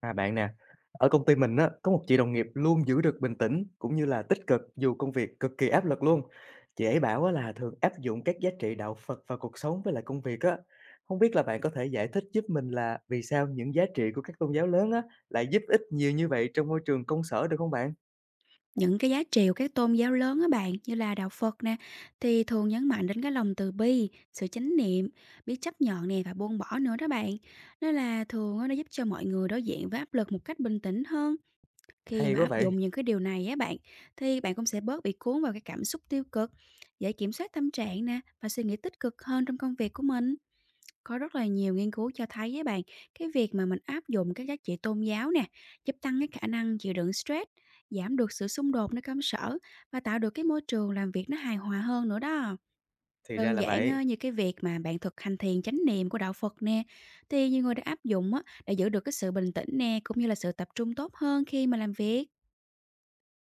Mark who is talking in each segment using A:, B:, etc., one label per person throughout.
A: À, bạn nè, ở công ty mình á, có một chị đồng nghiệp luôn giữ được bình tĩnh cũng như là tích cực dù công việc cực kỳ áp lực luôn. Chị ấy bảo á, là thường áp dụng các giá trị đạo Phật vào cuộc sống với lại công việc á. Không biết là bạn có thể giải thích giúp mình là vì sao những giá trị của các tôn giáo lớn á lại giúp ích nhiều như vậy trong môi trường công sở được không bạn?
B: Những cái giá trị của các tôn giáo lớn á bạn, như là đạo Phật nè, thì thường nhấn mạnh đến cái lòng từ bi, sự chánh niệm, biết chấp nhận nè và buông bỏ nữa đó bạn. Nên là thường á, nó giúp cho mọi người đối diện với áp lực một cách bình tĩnh hơn. Khi
A: Hay
B: mà
A: quá
B: áp
A: vậy.
B: dụng những cái điều này á bạn, thì bạn cũng sẽ bớt bị cuốn vào cái cảm xúc tiêu cực, dễ kiểm soát tâm trạng nè và suy nghĩ tích cực hơn trong công việc của mình. Có rất là nhiều nghiên cứu cho thấy với bạn, cái việc mà mình áp dụng các giá trị tôn giáo nè, giúp tăng cái khả năng chịu đựng stress, giảm được sự xung đột nơi công sở và tạo được cái môi trường làm việc nó hài hòa hơn nữa đó.
A: Thì ra
B: Đơn
A: là
B: giản
A: vậy.
B: như cái việc mà bạn thực hành thiền chánh niệm của đạo Phật nè, thì nhiều người đã áp dụng á, để giữ được cái sự bình tĩnh nè, cũng như là sự tập trung tốt hơn khi mà làm việc.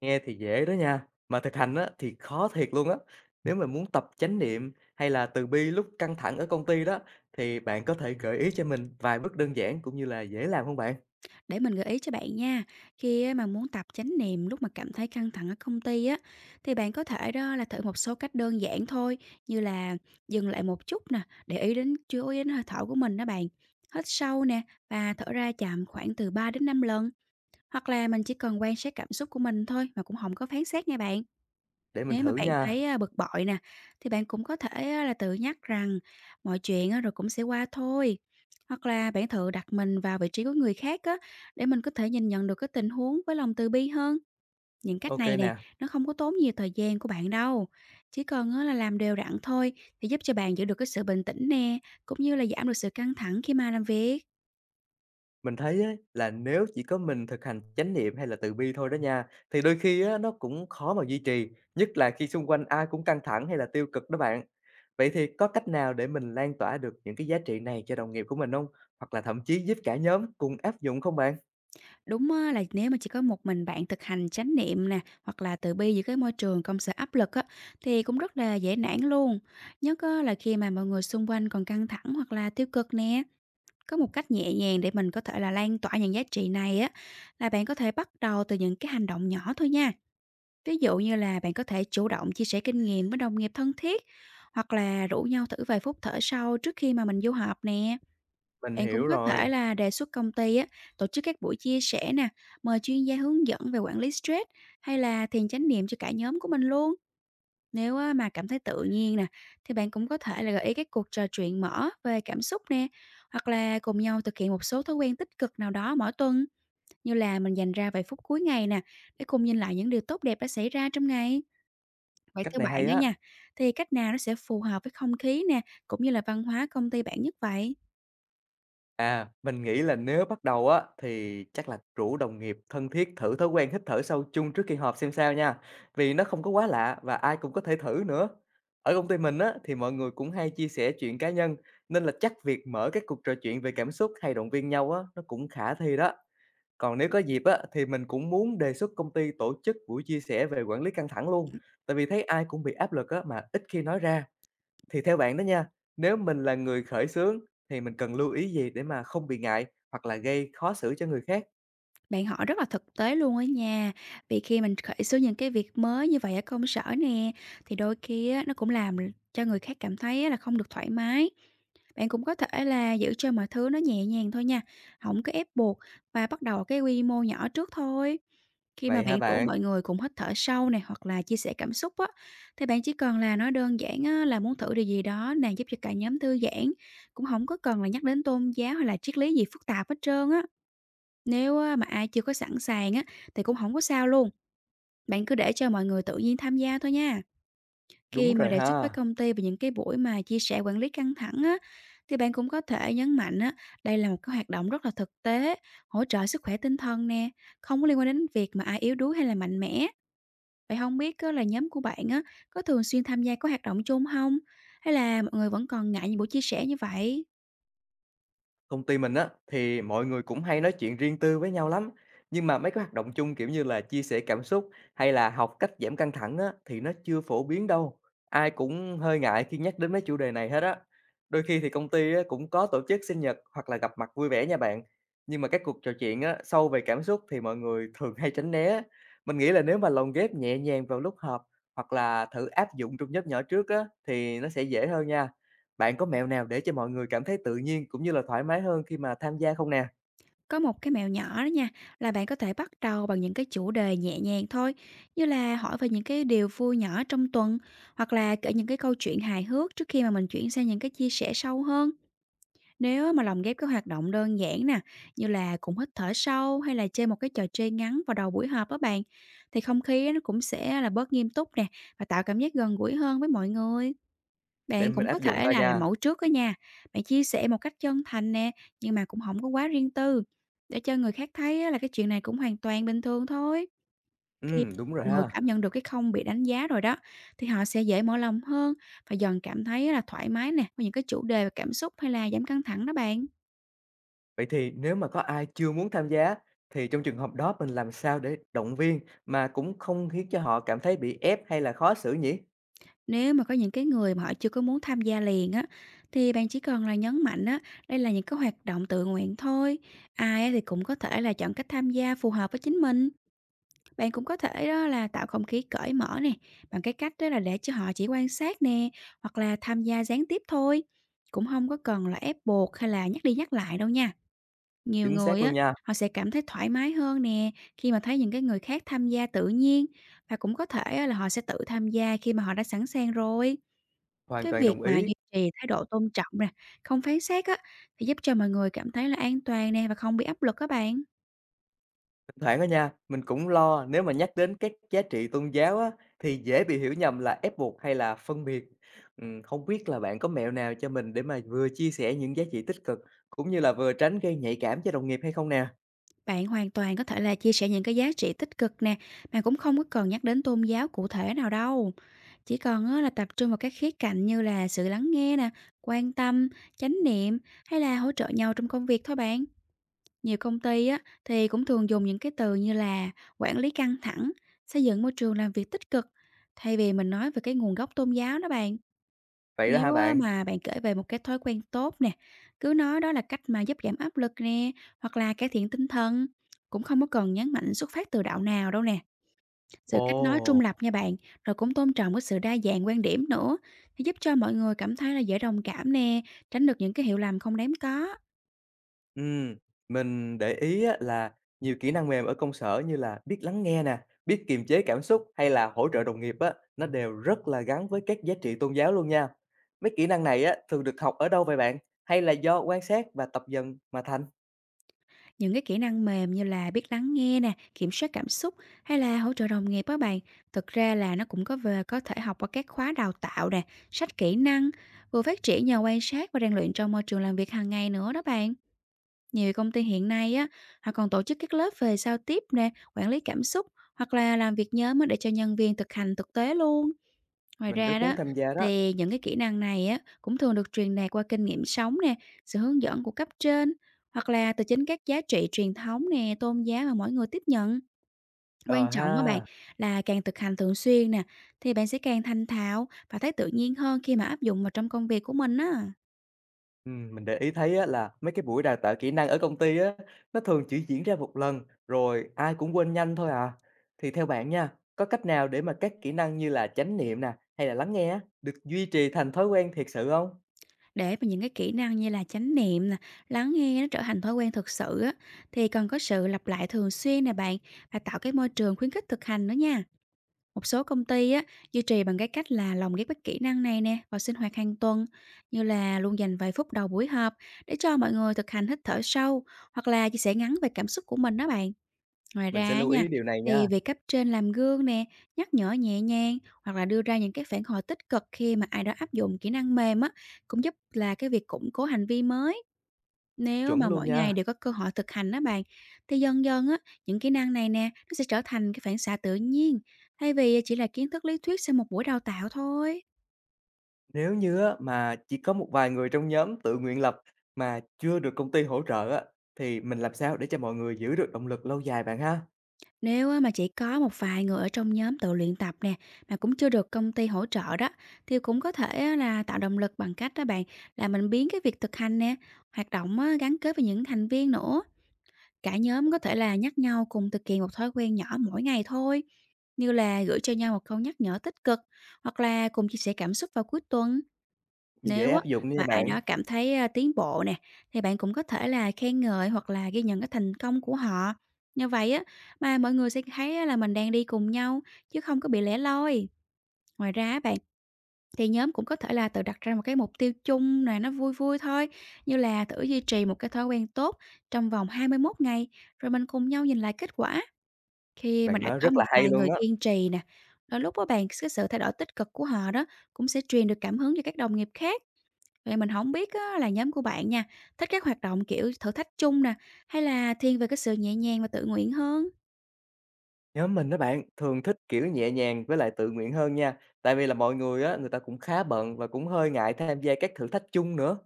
A: Nghe thì dễ đó nha, mà thực hành á thì khó thiệt luôn á. Nếu mà muốn tập chánh niệm hay là từ bi lúc căng thẳng ở công ty đó thì bạn có thể gợi ý cho mình vài bước đơn giản cũng như là dễ làm không bạn?
B: Để mình gợi ý cho bạn nha, khi á mà muốn tập chánh niệm lúc mà cảm thấy căng thẳng ở công ty á, thì bạn có thể đó là thử một số cách đơn giản thôi, như là dừng lại một chút nè, để ý đến chú ý đến hơi thở của mình đó bạn. Hít sâu nè và thở ra chậm khoảng từ 3 đến 5 lần, hoặc là mình chỉ cần quan sát cảm xúc của mình thôi mà cũng không có phán xét nha bạn.
A: Để mình
B: Nếu mà
A: thử
B: bạn
A: nha.
B: thấy, a, bực bội nè, thì bạn cũng có thể á là tự nhắc rằng mọi chuyện á rồi cũng sẽ qua thôi. Hoặc là bạn thử đặt mình vào vị trí của người khác á, để mình có thể nhìn nhận được cái tình huống với lòng từ bi hơn. Những cách
A: Ok
B: này nè,
A: nè,
B: nó không có tốn nhiều thời gian của bạn đâu. Chỉ cần á là làm đều đặn thôi, thì giúp cho bạn giữ được cái sự bình tĩnh nè, cũng như là giảm được sự căng thẳng khi mà làm việc.
A: mình thấy ấy, là nếu chỉ có mình thực hành chánh niệm hay là từ bi thôi đó nha thì đôi khi á, nó cũng khó mà duy trì, nhất là khi xung quanh ai cũng căng thẳng hay là tiêu cực đó bạn. Vậy thì có cách nào để mình lan tỏa được những cái giá trị này cho đồng nghiệp của mình không? Hoặc là thậm chí giúp cả nhóm cùng áp dụng không bạn?
B: Đúng á, là nếu mà chỉ có một mình bạn thực hành chánh niệm nè, hoặc là từ bi giữa cái môi trường công sở áp lực á, thì cũng rất là dễ nản luôn. Nhất á, là khi mà mọi người xung quanh còn căng thẳng hoặc là tiêu cực nè. Có một cách nhẹ nhàng để mình có thể là lan tỏa những giá trị này á, là bạn có thể bắt đầu từ những cái hành động nhỏ thôi nha. Ví dụ như là bạn có thể chủ động chia sẻ kinh nghiệm với đồng nghiệp thân thiết, hoặc là rủ nhau thử vài phút thở sâu trước khi mà mình vô họp nè.
A: Mình
B: Bạn cũng
A: hiểu
B: có thể
A: rồi.
B: là đề xuất công ty á, tổ chức các buổi chia sẻ nè, mời chuyên gia hướng dẫn về quản lý stress hay là thiền chánh niệm cho cả nhóm của mình luôn. Nếu á, mà cảm thấy tự nhiên nè, thì bạn cũng có thể là gợi ý các cuộc trò chuyện mở về cảm xúc nè, hoặc là cùng nhau thực hiện một số thói quen tích cực nào đó mỗi tuần, như là mình dành ra vài phút cuối ngày nè, để cùng nhìn lại những điều tốt đẹp đã xảy ra trong ngày. Vậy
A: Cách
B: theo
A: này
B: bạn
A: hay
B: á
A: á.
B: nha, thì cách nào nó sẽ phù hợp với không khí nè, cũng như là văn hóa công ty bạn nhất vậy?
A: À, mình nghĩ là nếu bắt đầu á thì chắc là rủ đồng nghiệp thân thiết thử thói quen hít thở sâu chung trước khi họp xem sao nha. Vì nó không có quá lạ và ai cũng có thể thử nữa. Ở công ty mình á thì mọi người cũng hay chia sẻ chuyện cá nhân nên là chắc việc mở các cuộc trò chuyện về cảm xúc hay động viên nhau á nó cũng khả thi đó. Còn nếu có dịp á thì mình cũng muốn đề xuất công ty tổ chức buổi chia sẻ về quản lý căng thẳng luôn. Tại vì thấy ai cũng bị áp lực á mà ít khi nói ra. Thì theo bạn đó nha, nếu mình là người khởi xướng thì mình cần lưu ý gì để mà không bị ngại hoặc là gây khó xử cho người khác?
B: Bạn hỏi rất là thực tế luôn á nha. Vì khi mình khởi xướng những cái việc mới như vậy ở công sở nè, thì đôi khi á, nó cũng làm cho người khác cảm thấy á là không được thoải mái. Bạn cũng có thể là giữ cho mọi thứ nó nhẹ nhàng thôi nha, không có ép buộc và bắt đầu ở cái quy mô nhỏ trước thôi. Khi mà
A: Vậy ha
B: bạn rủ
A: bạn?
B: mọi người cùng hít thở sâu này hoặc là chia sẻ cảm xúc á, thì bạn chỉ cần là nói đơn giản á, là muốn thử điều gì đó nè giúp cho cả nhóm thư giãn, cũng không có cần là nhắc đến tôn giáo hay là triết lý gì phức tạp hết trơn á. Nếu á, mà ai chưa có sẵn sàng á, thì cũng không có sao luôn, bạn cứ để cho mọi người tự nhiên tham gia thôi nha. Khi
A: Đúng
B: mà
A: rồi
B: đề xuất với
A: ha.
B: công ty về những cái buổi mà chia sẻ quản lý căng thẳng á, thì bạn cũng có thể nhấn mạnh á, đây là một cái hoạt động rất là thực tế, hỗ trợ sức khỏe tinh thần nè, không có liên quan đến việc mà ai yếu đuối hay là mạnh mẽ. Vậy không biết á, là nhóm của bạn á, có thường xuyên tham gia các hoạt động chung không, hay là mọi người vẫn còn ngại những buổi chia sẻ như vậy?
A: Công ty mình á thì mọi người cũng hay nói chuyện riêng tư với nhau lắm, nhưng mà mấy cái hoạt động chung kiểu như là chia sẻ cảm xúc hay là học cách giảm căng thẳng á thì nó chưa phổ biến đâu. Ai cũng hơi ngại khi nhắc đến mấy chủ đề này hết á. Đôi khi thì công ty á, cũng có tổ chức sinh nhật hoặc là gặp mặt vui vẻ nha bạn. Nhưng mà các cuộc trò chuyện á sâu về cảm xúc thì mọi người thường hay tránh né. Mình nghĩ là nếu mà lồng ghép nhẹ nhàng vào lúc họp hoặc là thử áp dụng trong nhóm nhỏ trước á thì nó sẽ dễ hơn nha. Bạn có mẹo nào để cho mọi người cảm thấy tự nhiên cũng như là thoải mái hơn khi mà tham gia không nè?
B: Có một cái mẹo nhỏ đó nha, là bạn có thể bắt đầu bằng những cái chủ đề nhẹ nhàng thôi, như là hỏi về những cái điều vui nhỏ trong tuần, hoặc là kể những cái câu chuyện hài hước trước khi mà mình chuyển sang những cái chia sẻ sâu hơn. Nếu mà lồng ghép các hoạt động đơn giản nè, như là cùng hít thở sâu hay là chơi một cái trò chơi ngắn vào đầu buổi họp đó bạn, thì không khí nó cũng sẽ là bớt nghiêm túc nè và tạo cảm giác gần gũi hơn với mọi người.
A: Để
B: Bạn
A: mình
B: cũng có
A: áp dụng
B: thể
A: coi
B: là làm
A: nha.
B: mẫu trước đó nha. Bạn chia sẻ một cách chân thành nè, nhưng mà cũng không có quá riêng tư, để cho người khác thấy á là cái chuyện này cũng hoàn toàn bình thường thôi. Khi
A: Đúng rồi
B: mọi người
A: ha.
B: cảm nhận được cái không bị đánh giá rồi đó, thì họ sẽ dễ mở lòng hơn và dần cảm thấy là thoải mái nè, với những cái chủ đề và cảm xúc hay là giảm căng thẳng đó bạn.
A: Vậy thì nếu mà có ai chưa muốn tham gia thì trong trường hợp đó mình làm sao để động viên mà cũng không khiến cho họ cảm thấy bị ép hay là khó xử nhỉ?
B: Nếu mà có những cái người mà họ chưa có muốn tham gia liền á, thì bạn chỉ cần là nhấn mạnh á, đây là những cái hoạt động tự nguyện thôi. Ai á thì cũng có thể là chọn cách tham gia phù hợp với chính mình. Bạn cũng có thể đó là tạo không khí cởi mở nè, bằng cái cách đó là để cho họ chỉ quan sát nè, hoặc là tham gia gián tiếp thôi. Cũng không có cần là ép buộc hay là nhắc đi nhắc lại đâu nha. Nhiều
A: Chính xác
B: người
A: luôn
B: á,
A: nha.
B: họ sẽ cảm thấy thoải mái hơn nè khi mà thấy những cái người khác tham gia tự nhiên và cũng có thể á là họ sẽ tự tham gia khi mà họ đã sẵn sàng rồi.
A: Hoàn
B: Cái
A: toàn
B: việc
A: đồng
B: mà
A: ý.
B: duy trì thái độ tôn trọng nè, không phán xét á, thì giúp cho mọi người cảm thấy là an toàn nè và không bị áp lực các bạn.
A: Thoảng đó nha, mình cũng lo nếu mà nhắc đến các giá trị tôn giáo á, thì dễ bị hiểu nhầm là ép buộc hay là phân biệt. Không biết là bạn có mẹo nào cho mình để mà vừa chia sẻ những giá trị tích cực cũng như là vừa tránh gây nhạy cảm cho đồng nghiệp hay không nè?
B: Bạn hoàn toàn có thể là chia sẻ những cái giá trị tích cực nè, mà cũng không có cần nhắc đến tôn giáo cụ thể nào đâu. Chỉ cần á, là tập trung vào các khía cạnh như là sự lắng nghe nè, quan tâm, chánh niệm hay là hỗ trợ nhau trong công việc thôi bạn. Nhiều công ty á, thì cũng thường dùng những cái từ như là quản lý căng thẳng, xây dựng môi trường làm việc tích cực, thay vì mình nói về cái nguồn gốc tôn giáo đó bạn.
A: Vậy đó hả
B: Nếu á
A: bạn?
B: mà bạn kể về một cái thói quen tốt nè, cứ nói đó là cách mà giúp giảm áp lực nè, hoặc là cải thiện tinh thần, cũng không có cần nhấn mạnh xuất phát từ đạo nào đâu nè. Sự kết nói trung
A: Ồ.
B: lập nha bạn, rồi cũng tôn trọng cái sự đa dạng quan điểm nữa, thì giúp cho mọi người cảm thấy là dễ đồng cảm nè, tránh được những cái hiểu lầm không đáng có.
A: Ừm, mình để ý á là nhiều kỹ năng mềm ở công sở như là biết lắng nghe nè, biết kiềm chế cảm xúc hay là hỗ trợ đồng nghiệp á, nó đều rất là gắn với các giá trị tôn giáo luôn nha. Mấy kỹ năng này á thường được học ở đâu vậy bạn? Hay là do quan sát và tập dần mà thành?
B: Những cái kỹ năng mềm như là biết lắng nghe nè, kiểm soát cảm xúc hay là hỗ trợ đồng nghiệp các bạn, thực ra là nó cũng có về có thể học qua các khóa đào tạo nè, sách kỹ năng, vừa phát triển nhờ quan sát và rèn luyện trong môi trường làm việc hàng ngày nữa đó bạn. Nhiều công ty hiện nay á, họ còn tổ chức các lớp về giao tiếp nè, quản lý cảm xúc hoặc là làm việc nhóm á để cho nhân viên thực hành thực tế luôn. Ngoài
A: Mình rất
B: ra
A: muốn
B: đó,
A: tham gia đó.
B: thì những cái kỹ năng này á, cũng thường được truyền đạt qua kinh nghiệm sống nè, sự hướng dẫn của cấp trên, hoặc là từ chính các giá trị truyền thống nè, tôn giáo mà mỗi người tiếp nhận. Quan
A: Ờ
B: trọng á bạn,
A: ha.
B: là càng thực hành thường xuyên nè, thì bạn sẽ càng thành thạo và thấy tự nhiên hơn khi mà áp dụng vào trong công việc của mình á.
A: Mình để ý thấy á, là mấy cái buổi đào tạo kỹ năng ở công ty á, nó thường chỉ diễn ra một lần rồi ai cũng quên nhanh thôi à. Thì theo bạn nha, có cách nào để mà các kỹ năng như là chánh niệm nè hay là lắng nghe á, được duy trì thành thói quen thiệt sự không?
B: Để mà những cái kỹ năng như là chánh niệm nè, lắng nghe nó trở thành thói quen thực sự á, thì cần có sự lặp lại thường xuyên nè bạn, và tạo cái môi trường khuyến khích thực hành nữa nha. Một số công ty á, duy trì bằng cái cách là lồng ghép các kỹ năng này nè vào sinh hoạt hàng tuần, như là luôn dành vài phút đầu buổi họp để cho mọi người thực hành hít thở sâu, hoặc là chia sẻ ngắn về cảm xúc của mình đó bạn. Ngoài
A: Mình sẽ
B: ra á
A: lưu
B: nha,
A: ý điều này nha,
B: thì việc cấp trên làm gương nè, nhắc nhở nhẹ nhàng, hoặc là đưa ra những cái phản hồi tích cực khi mà ai đó áp dụng kỹ năng mềm á, cũng giúp là cái việc củng cố hành vi mới. Nếu
A: chuẩn
B: mà
A: luôn
B: mỗi
A: nha.
B: ngày đều có cơ hội thực hành đó bạn, thì dần dần á, những kỹ năng này nè, nó sẽ trở thành cái phản xạ tự nhiên, thay vì chỉ là kiến thức lý thuyết sau một buổi đào tạo thôi.
A: Nếu như á, mà chỉ có một vài người trong nhóm tự nguyện lập mà chưa được công ty hỗ trợ á, thì mình làm sao để cho mọi người giữ được động lực lâu dài bạn ha?
B: Nếu á, mà chỉ có một vài người ở trong nhóm tự luyện tập nè, mà cũng chưa được công ty hỗ trợ đó, thì cũng có thể á, là tạo động lực bằng cách đó bạn, là mình biến cái việc thực hành nè, hoạt động á, gắn kết với những thành viên nữa. Cả nhóm có thể là nhắc nhau cùng thực hiện một thói quen nhỏ mỗi ngày thôi, như là gửi cho nhau một câu nhắc nhở tích cực, hoặc là cùng chia sẻ cảm xúc vào cuối tuần.
A: Dễ
B: Nếu á,
A: áp dụng nha
B: mà ai
A: bạn.
B: đó cảm thấy à, tiến bộ nè, thì bạn cũng có thể là khen ngợi hoặc là ghi nhận cái thành công của họ. Như vậy á, mà mọi người sẽ thấy á là mình đang đi cùng nhau, chứ không có bị lẻ loi. Ngoài ra á bạn, thì nhóm cũng có thể là tự đặt ra một cái mục tiêu chung, này nó vui vui thôi, như là thử duy trì một cái thói quen tốt trong vòng 21 ngày, rồi mình cùng nhau nhìn lại kết quả. Khi mà
A: Bạn
B: đã
A: nói
B: có
A: rất là
B: một
A: hay
B: vài
A: luôn
B: người
A: á.
B: kiên trì nè, đôi lúc á bạn, cái sự thay đổi tích cực của họ đó cũng sẽ truyền được cảm hứng cho các đồng nghiệp khác. Vậy mình không biết á, là nhóm của bạn nha, thích các hoạt động kiểu thử thách chung nè, hay là thiên về cái sự nhẹ nhàng và tự nguyện hơn?
A: Nhóm mình đó bạn, thường thích kiểu nhẹ nhàng với lại tự nguyện hơn nha. Tại vì là mọi người á, người ta cũng khá bận và cũng hơi ngại tham gia các thử thách chung nữa.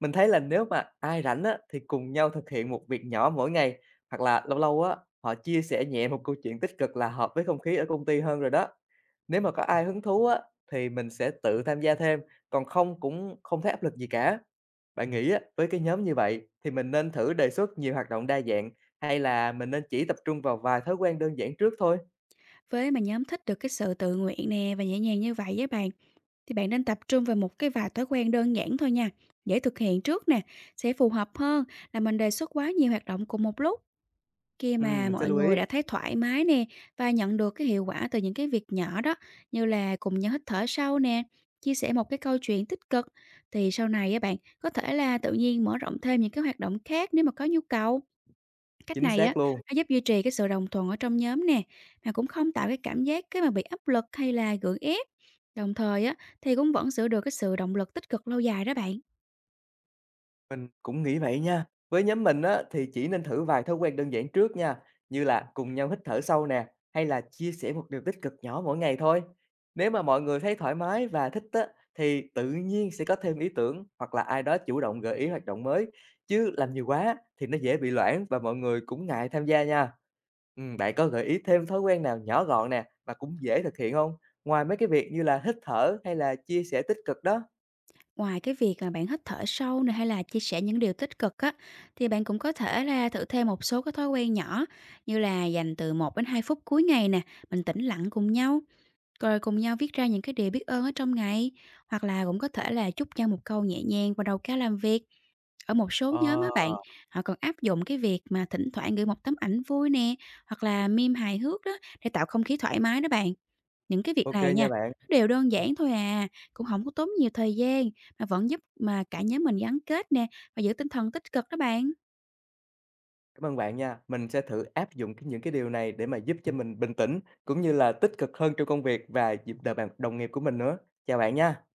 A: Mình thấy là nếu mà ai rảnh á, thì cùng nhau thực hiện một việc nhỏ mỗi ngày. Hoặc là lâu lâu á, họ chia sẻ nhẹ một câu chuyện tích cực là hợp với không khí ở công ty hơn rồi đó. Nếu mà có ai hứng thú á, thì mình sẽ tự tham gia thêm. Còn không cũng không thấy áp lực gì cả. Bạn nghĩ á, với cái nhóm như vậy thì mình nên thử đề xuất nhiều hoạt động đa dạng hay là mình nên chỉ tập trung vào vài thói quen đơn giản trước thôi?
B: Với mà nhóm thích được cái sự tự nguyện nè và nhẹ nhàng như vậy với bạn, thì bạn nên tập trung vào một cái vài thói quen đơn giản thôi nha, dễ thực hiện trước nè, sẽ phù hợp hơn là mình đề xuất quá nhiều hoạt động cùng một lúc. Khi mà
A: Mình sẽ
B: mọi
A: lưu
B: người
A: ý.
B: đã thấy thoải mái nè và nhận được cái hiệu quả từ những cái việc nhỏ đó, như là cùng nhau hít thở sâu nè, chia sẻ một cái câu chuyện tích cực, thì sau này á bạn có thể là tự nhiên mở rộng thêm những cái hoạt động khác nếu mà có nhu cầu. Cách
A: Chính
B: này á,
A: xác luôn.
B: nó giúp duy trì cái sự đồng thuận ở trong nhóm nè, mà cũng không tạo cái cảm giác cái mà bị áp lực hay là gượng ép. Đồng thời á, thì cũng vẫn giữ được cái sự động lực tích cực lâu dài đó bạn.
A: Mình cũng nghĩ vậy nha. Với nhóm mình á, thì chỉ nên thử vài thói quen đơn giản trước nha, như là cùng nhau hít thở sâu nè, hay là chia sẻ một điều tích cực nhỏ mỗi ngày thôi. Nếu mà mọi người thấy thoải mái và thích á, thì tự nhiên sẽ có thêm ý tưởng hoặc là ai đó chủ động gợi ý hoạt động mới. Chứ làm nhiều quá thì nó dễ bị loãng và mọi người cũng ngại tham gia nha. Ừ, bạn có gợi ý thêm thói quen nào nhỏ gọn nè mà cũng dễ thực hiện không? Ngoài mấy cái việc như là hít thở hay là chia sẻ tích cực đó.
B: Ngoài cái việc mà bạn hít thở sâu này hay là chia sẻ những điều tích cực á, thì bạn cũng có thể là thử thêm một số cái thói quen nhỏ, như là dành từ 1 đến 2 phút cuối ngày nè, mình tĩnh lặng cùng nhau, rồi cùng nhau viết ra những cái điều biết ơn ở trong ngày, hoặc là cũng có thể là chúc nhau một câu nhẹ nhàng vào đầu ca làm việc. Ở một số nhóm
A: Ờ,
B: á bạn, họ còn áp dụng cái việc mà thỉnh thoảng gửi một tấm ảnh vui nè, hoặc là meme hài hước đó để tạo không khí thoải mái đó bạn. Những cái việc
A: Ok
B: này
A: nha
B: nha,
A: bạn.
B: nó đều đơn giản thôi à, cũng không có tốn nhiều thời gian mà vẫn giúp mà cả nhóm mình gắn kết nè, và giữ tinh thần tích cực đó bạn.
A: Cảm ơn bạn nha. Mình sẽ thử áp dụng những cái điều này để mà giúp cho mình bình tĩnh, cũng như là tích cực hơn trong công việc và dịp đời bạn đồng nghiệp của mình nữa. Chào bạn nha.